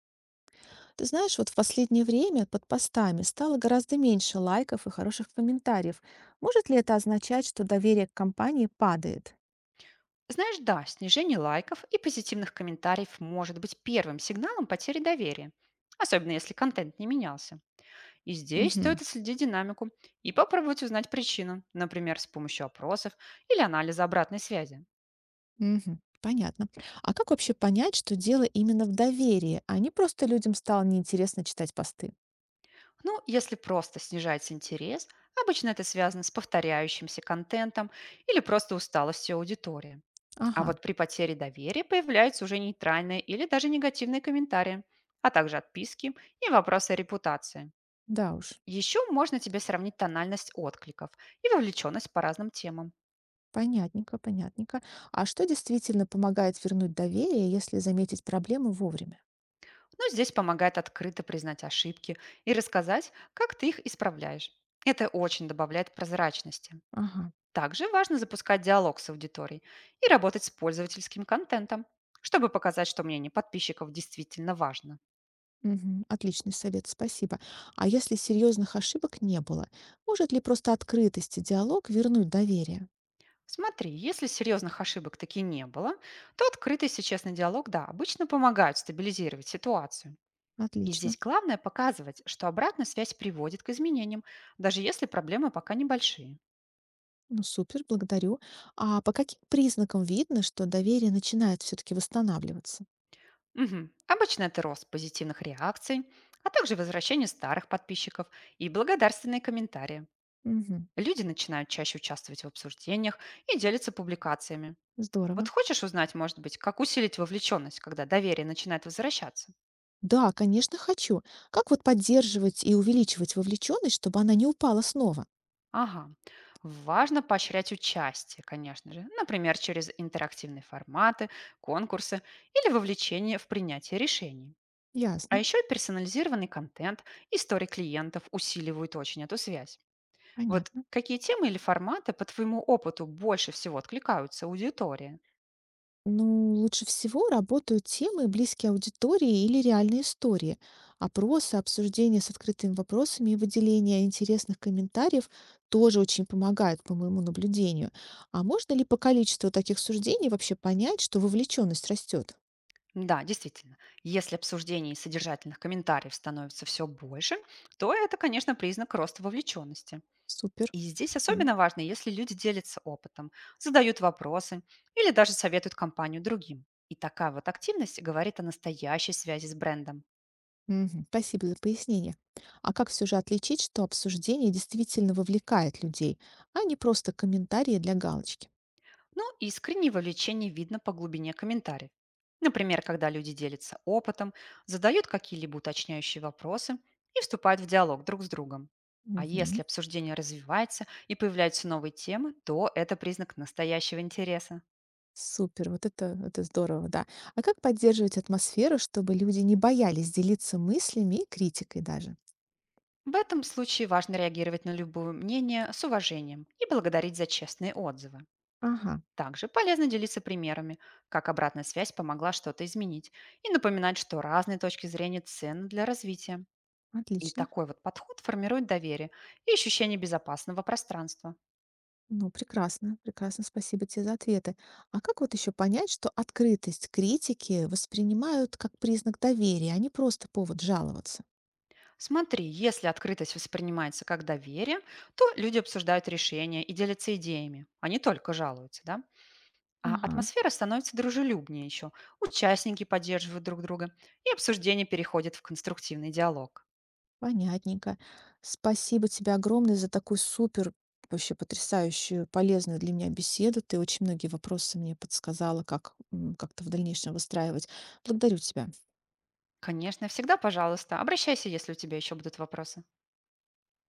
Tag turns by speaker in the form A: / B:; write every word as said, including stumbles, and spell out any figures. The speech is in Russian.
A: Ты знаешь, вот в последнее время под постами стало гораздо меньше лайков и хороших комментариев. Может ли это означать, что доверие к компании падает?
B: Знаешь, да, снижение лайков и позитивных комментариев может быть первым сигналом потери доверия, особенно если контент не менялся. И здесь
A: Мгм.
B: стоит отследить динамику и попробовать узнать причину, например, с помощью опросов или анализа обратной связи.
A: Мгм. Понятно. А как вообще понять, что дело именно в доверии, а не просто людям стало неинтересно читать посты?
B: Ну, если просто снижается интерес, обычно это связано с повторяющимся контентом или просто усталостью аудитории. А
A: Ага,
B: вот при потере доверия появляются уже нейтральные или даже негативные комментарии, а также отписки и вопросы о репутации.
A: да уж.
B: Еще можно тебе сравнить тональность откликов и вовлеченность по разным темам.
A: Понятненько, понятненько. А что действительно помогает вернуть доверие, если заметить проблему вовремя?
B: Но здесь помогает открыто признать ошибки и рассказать, как ты их исправляешь. Это очень добавляет прозрачности.
A: Ага.
B: Также важно запускать диалог с аудиторией и работать с пользовательским контентом, чтобы показать, что мнение подписчиков действительно важно.
A: Мгм. Отличный совет, спасибо. А если серьезных ошибок не было, может ли просто открытость и диалог вернуть доверие?
B: Смотри, если серьезных ошибок таки не было, то открытый и честный диалог, да, обычно помогают стабилизировать ситуацию. И
A: Отлично.
B: здесь главное показывать, что обратная связь приводит к изменениям, даже если проблемы пока небольшие.
A: Ну, супер, благодарю. А по каким признакам видно, что доверие начинает все-таки восстанавливаться?
B: Мгм. Обычно это рост позитивных реакций, а также возвращение старых подписчиков и благодарственные комментарии.
A: Мгм.
B: Люди начинают чаще участвовать в обсуждениях и делятся публикациями. Вот
A: Здорово.
B: хочешь узнать, может быть, как усилить вовлеченность, когда доверие начинает возвращаться?
A: Да, конечно, хочу. Как вот поддерживать и увеличивать вовлеченность, чтобы она не упала снова?
B: Ага. Важно поощрять участие, конечно же, например, через интерактивные форматы, конкурсы или вовлечение в принятие решений. А
A: Ясно,
B: еще и персонализированный контент, истории клиентов усиливают очень эту связь. Вот
A: понятно.
B: какие темы или форматы по твоему опыту больше всего откликаются аудитории?
A: Ну, лучше всего работают темы, близкие аудитории или реальные истории. Опросы, обсуждения с открытыми вопросами и выделение интересных комментариев тоже очень помогают, по моему наблюдению. А можно ли по количеству таких суждений вообще понять, что вовлеченность растет?
B: Да, действительно, если обсуждений и содержательных комментариев становится все больше, то это, конечно, признак роста вовлеченности.
A: Супер.
B: И здесь
A: М,
B: особенно важно, если люди делятся опытом, задают вопросы или даже советуют компанию другим. И такая вот активность говорит о настоящей связи с брендом.
A: мгм. Спасибо за пояснение. А как все же отличить, что обсуждение действительно вовлекает людей, а не просто комментарии для галочки?
B: Ну и искреннее вовлечение видно по глубине комментариев. Например, когда люди делятся опытом, задают какие-либо уточняющие вопросы и вступают в диалог друг с другом. А если
A: Мгм.
B: обсуждение развивается и появляются новые темы, то это признак настоящего интереса.
A: Супер, вот это, это здорово, да. А как поддерживать атмосферу, чтобы люди не боялись делиться мыслями и критикой даже?
B: В этом случае важно реагировать на любое мнение с уважением и благодарить за честные отзывы.
A: Ага,
B: Также полезно делиться примерами, как обратная связь помогла что-то изменить, и напоминать, что разные точки зрения ценны для развития. И
A: отлично.
B: такой вот подход формирует доверие и ощущение безопасного пространства.
A: Ну, прекрасно, прекрасно, спасибо тебе за ответы. А как вот еще понять, что открытость критики воспринимают как признак доверия, а не просто повод жаловаться?
B: Смотри, если открытость воспринимается как доверие, то люди обсуждают решения и делятся идеями, а не только жалуются, да? А
A: Ага.
B: атмосфера становится дружелюбнее еще. Участники поддерживают друг друга, и обсуждение переходит в конструктивный диалог.
A: Понятненько. Спасибо тебе огромное за такую супер, вообще потрясающую, полезную для меня беседу. Ты очень многие вопросы мне подсказала, как м, как-то в дальнейшем выстраивать. Благодарю тебя.
B: Конечно, всегда, пожалуйста, обращайся, если у тебя еще будут вопросы.